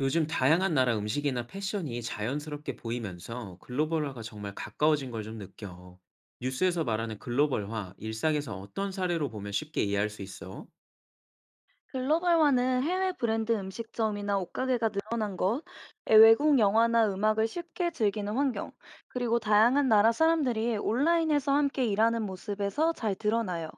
요즘 다양한 나라 음식이나 패션이 자연스럽게 보이면서 글로벌화가 정말 가까워진 걸 좀 느껴. 뉴스에서 말하는 글로벌화, 일상에서 어떤 사례로 보면 쉽게 이해할 수 있어? 글로벌화는 해외 브랜드 음식점이나 옷가게가 늘어난 것, 외국 영화나 음악을 쉽게 즐기는 환경, 그리고 다양한 나라 사람들이 온라인에서 함께 일하는 모습에서 잘 드러나요.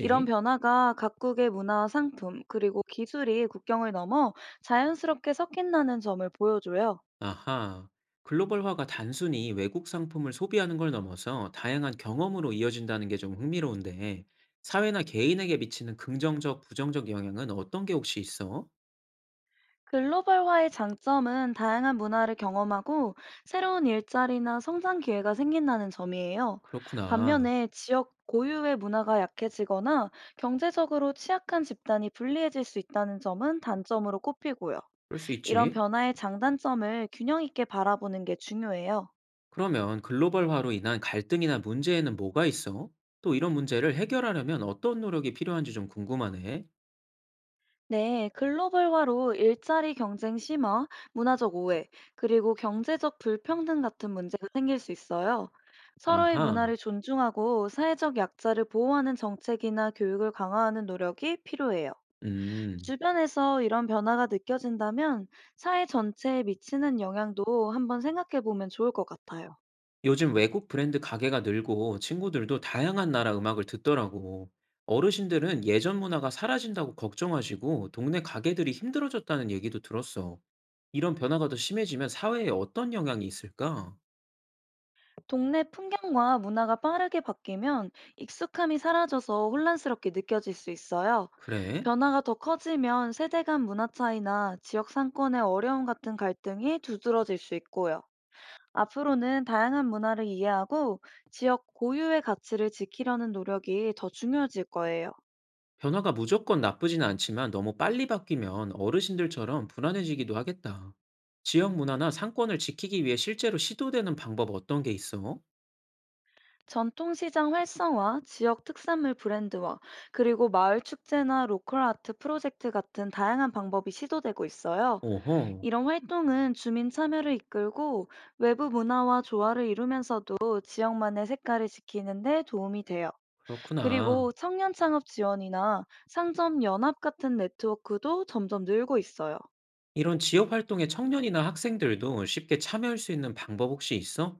이런 변화가 각국의 문화와 상품, 그리고 기술이 국경을 넘어 자연스럽게 섞인다는 점을 보여줘요. 아하. 글로벌화가 단순히 외국 상품을 소비하는 걸 넘어서 다양한 경험으로 이어진다는 게 좀 흥미로운데, 사회나 개인에게 미치는 긍정적, 부정적 영향은 어떤 게 혹시 있어? 글로벌화의 장점은 다양한 문화를 경험하고 새로운 일자리나 성장 기회가 생긴다는 점이에요. 그렇구나. 반면에 지역 고유의 문화가 약해지거나 경제적으로 취약한 집단이 불리해질 수 있다는 점은 단점으로 꼽히고요. 그럴 수 이런 있지. 변화의 장단점을 균형 있게 바라보는 게 중요해요. 그러면 글로벌화로 인한 갈등이나 문제에는 뭐가 있어? 또 이런 문제를 해결하려면 어떤 노력이 필요한지 좀 궁금하네. 네, 글로벌화로 일자리 경쟁 심화, 문화적 오해, 그리고 경제적 불평등 같은 문제가 생길 수 있어요. 서로의 아하, 문화를 존중하고 사회적 약자를 보호하는 정책이나 교육을 강화하는 노력이 필요해요. 음. 주변에서 이런 변화가 느껴진다면 사회 전체에 미치는 영향도 한번 생각해 보면 좋을 것 같아요. 요즘 외국 브랜드 가게가 늘고 친구들도 다양한 나라 음악을 듣더라고. 어르신들은 예전 문화가 사라진다고 걱정하시고 동네 가게들이 힘들어졌다는 얘기도 들었어. 이런 변화가 더 심해지면 사회에 어떤 영향이 있을까? 동네 풍경과 문화가 빠르게 바뀌면 익숙함이 사라져서 혼란스럽게 느껴질 수 있어요. 그래? 변화가 더 커지면 세대 간 문화 차이나 지역 상권의 어려움 같은 갈등이 두드러질 수 있고요. 앞으로는 다양한 문화를 이해하고 지역 고유의 가치를 지키려는 노력이 더 중요해질 거예요. 변화가 무조건 나쁘진 않지만 너무 빨리 바뀌면 어르신들처럼 불안해지기도 하겠다. 지역 문화나 상권을 지키기 위해 실제로 시도되는 방법 어떤 게 있어? 전통시장 활성화, 지역 특산물 브랜드화, 그리고 마을 축제나 로컬 아트 프로젝트 같은 다양한 방법이 시도되고 있어요. 오호, 이런 활동은 주민 참여를 이끌고 외부 문화와 조화를 이루면서도 지역만의 색깔을 지키는 데 도움이 돼요. 그렇구나. 그리고 청년 창업 지원이나 상점 연합 같은 네트워크도 점점 늘고 있어요. 이런 지역 활동에 청년이나 학생들도 쉽게 참여할 수 있는 방법 혹시 있어?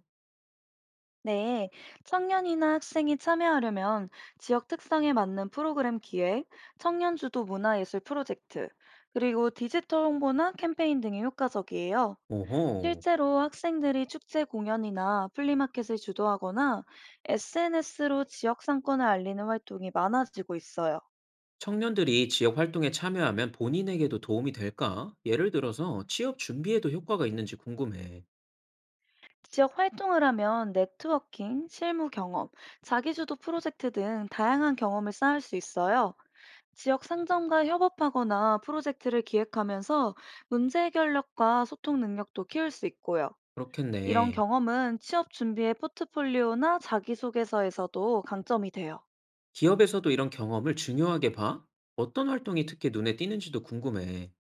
네, 청년이나 학생이 참여하려면 지역 특성에 맞는 프로그램 기획, 청년 주도 문화예술 프로젝트, 그리고 디지털 홍보나 캠페인 등이 효과적이에요. 오호, 실제로 학생들이 축제 공연이나 플리마켓을 주도하거나 SNS로 지역 상권을 알리는 활동이 많아지고 있어요. 청년들이 지역 활동에 참여하면 본인에게도 도움이 될까? 예를 들어서 취업 준비에도 효과가 있는지 궁금해. 지역 활동을 하면 네트워킹, 실무 경험, 자기주도 프로젝트 등 다양한 경험을 쌓을 수 있어요. 지역 상점과 협업하거나 프로젝트를 기획하면서 문제 해결력과 소통 능력도 키울 수 있고요. 이런 그렇겠네. 경험은 취업 준비의 포트폴리오나 자기소개서에서도 강점이 돼요. 기업에서도 이런 경험을 중요하게 봐? 어떤 활동이 특히 눈에 띄는지도 궁금해.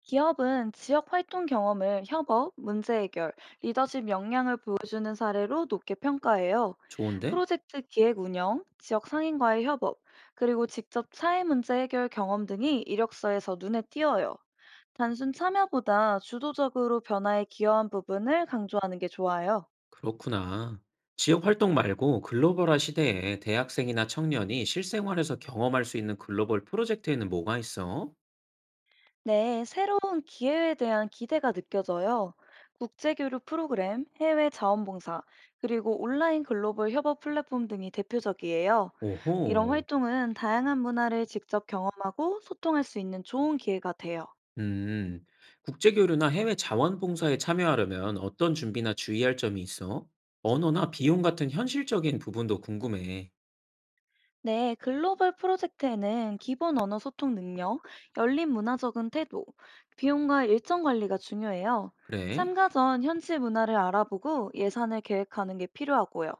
기업은 지역 활동 경험을 협업, 문제 해결, 리더십 역량을 보여주는 사례로 높게 평가해요. 좋은데? 프로젝트 기획 운영, 지역 상인과의 협업, 그리고 직접 사회 문제 해결 경험 등이 이력서에서 눈에 띄어요. 단순 참여보다 주도적으로 변화에 기여한 부분을 강조하는 게 좋아요. 그렇구나. 지역 활동 말고 글로벌화 시대에 대학생이나 청년이 실생활에서 경험할 수 있는 글로벌 프로젝트에는 뭐가 있어? 네, 새로운 기회에 대한 기대가 느껴져요. 국제교류 프로그램, 해외 자원봉사, 그리고 온라인 글로벌 협업 플랫폼 등이 대표적이에요. 이런 오호. 활동은 다양한 문화를 직접 경험하고 소통할 수 있는 좋은 기회가 돼요. 음, 국제교류나 해외 자원봉사에 참여하려면 어떤 준비나 주의할 점이 있어? 언어나 비용 같은 현실적인 부분도 궁금해. 네, 글로벌 프로젝트에는 기본 언어 소통 능력, 열린 문화적인 태도, 비용과 일정 관리가 중요해요. 그래? 참가 전 현지 문화를 알아보고 예산을 계획하는 게 필요하고요.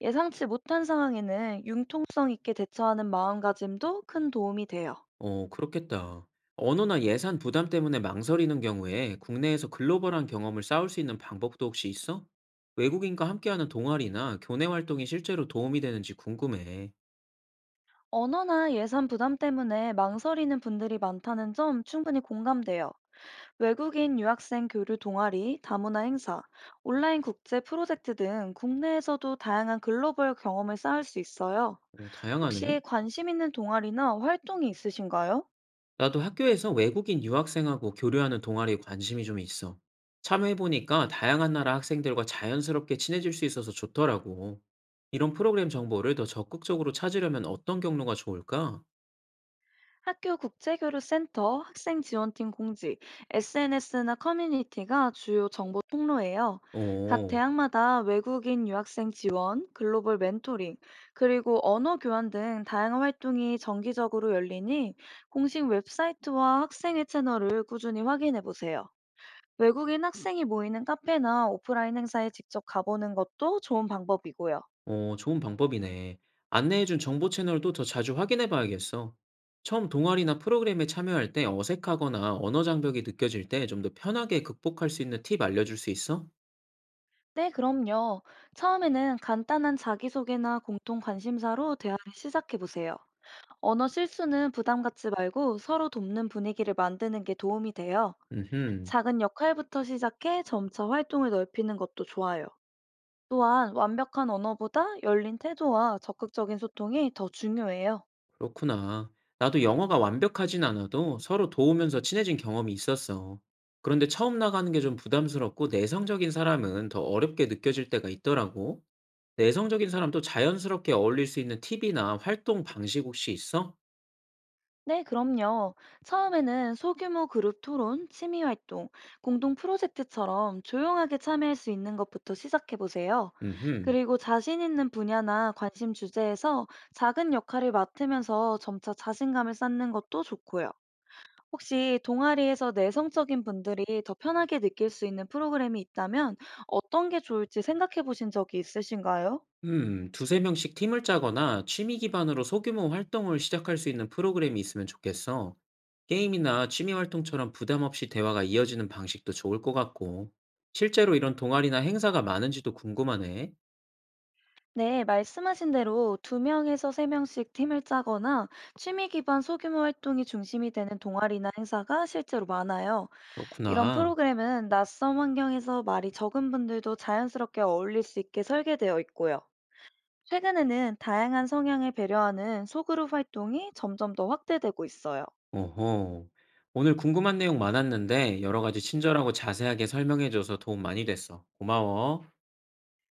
예상치 못한 상황에는 융통성 있게 대처하는 마음가짐도 큰 도움이 돼요. 어, 그렇겠다. 언어나 예산 부담 때문에 망설이는 경우에 국내에서 글로벌한 경험을 쌓을 수 있는 방법도 혹시 있어? 외국인과 함께하는 동아리나 교내 활동이 실제로 도움이 되는지 궁금해. 언어나 예산 부담 때문에 망설이는 분들이 많다는 점 충분히 공감돼요. 외국인 유학생 교류 동아리, 다문화 행사, 온라인 국제 프로젝트 등 국내에서도 다양한 글로벌 경험을 쌓을 수 있어요. 어, 다양하네. 혹시 관심 있는 동아리나 활동이 있으신가요? 나도 학교에서 외국인 유학생하고 교류하는 동아리에 관심이 좀 있어. 참여해보니까 다양한 나라 학생들과 자연스럽게 친해질 수 있어서 좋더라고. 이런 프로그램 정보를 더 적극적으로 찾으려면 어떤 경로가 좋을까? 학교 국제교류센터, 학생지원팀 공지, SNS나 커뮤니티가 주요 정보 통로예요. 각 어. 대학마다 외국인 유학생 지원, 글로벌 멘토링, 그리고 언어 교환 등 다양한 활동이 정기적으로 열리니 공식 웹사이트와 학생의 채널을 꾸준히 확인해 보세요. 외국인 학생이 모이는 카페나 오프라인 행사에 직접 가보는 것도 좋은 방법이고요. 어, 좋은 방법이네. 안내해준 정보 채널도 더 자주 확인해 봐야겠어. 처음 동아리나 프로그램에 참여할 때 어색하거나 언어 장벽이 느껴질 때 좀 더 편하게 극복할 수 있는 팁 알려줄 수 있어? 네, 그럼요. 처음에는 간단한 자기소개나 공통 관심사로 대화를 시작해 보세요. 언어 실수는 부담 갖지 말고 서로 돕는 분위기를 만드는 게 도움이 돼요. 음흠, 작은 역할부터 시작해 점차 활동을 넓히는 것도 좋아요. 또한 완벽한 언어보다 열린 태도와 적극적인 소통이 더 중요해요. 그렇구나. 나도 영어가 완벽하진 않아도 서로 도우면서 친해진 경험이 있었어. 그런데 처음 나가는 게 좀 부담스럽고 내성적인 사람은 더 어렵게 느껴질 때가 있더라고. 내성적인 사람도 자연스럽게 어울릴 수 있는 팁이나 활동 방식 혹시 있어? 네, 그럼요. 처음에는 소규모 그룹 토론, 취미 활동, 공동 프로젝트처럼 조용하게 참여할 수 있는 것부터 시작해 보세요. 음 그리고 자신 있는 분야나 관심 주제에서 작은 역할을 맡으면서 점차 자신감을 쌓는 것도 좋고요. 혹시 동아리에서 내성적인 분들이 더 편하게 느낄 수 있는 프로그램이 있다면 어떤 게 좋을지 생각해 보신 적이 있으신가요? 두세 명씩 팀을 짜거나 취미 기반으로 소규모 활동을 시작할 수 있는 프로그램이 있으면 좋겠어. 게임이나 취미 활동처럼 부담 없이 대화가 이어지는 방식도 좋을 것 같고, 실제로 이런 동아리나 행사가 많은지도 궁금하네. 네, 말씀하신 대로 두명에서세명씩 팀을 짜거나 취미 기반 소규모 활동이 중심이 되는 동아리나 행사가 실제로 많아요. 이런 그렇구나. 프로그램은 낯선 환경에서 말이 적은 분들도 자연스럽게 어울릴 수 있게 설계되어 있고요. 최근에는 다양한 성향에 배려하는 소그룹 활동이 점점 더 확대되고 있어요. 어허. 오늘 궁금한 내용 많았는데, 여러 가지 친절하고 자세하게 설명해줘서 도움 많이 됐어. 고마워.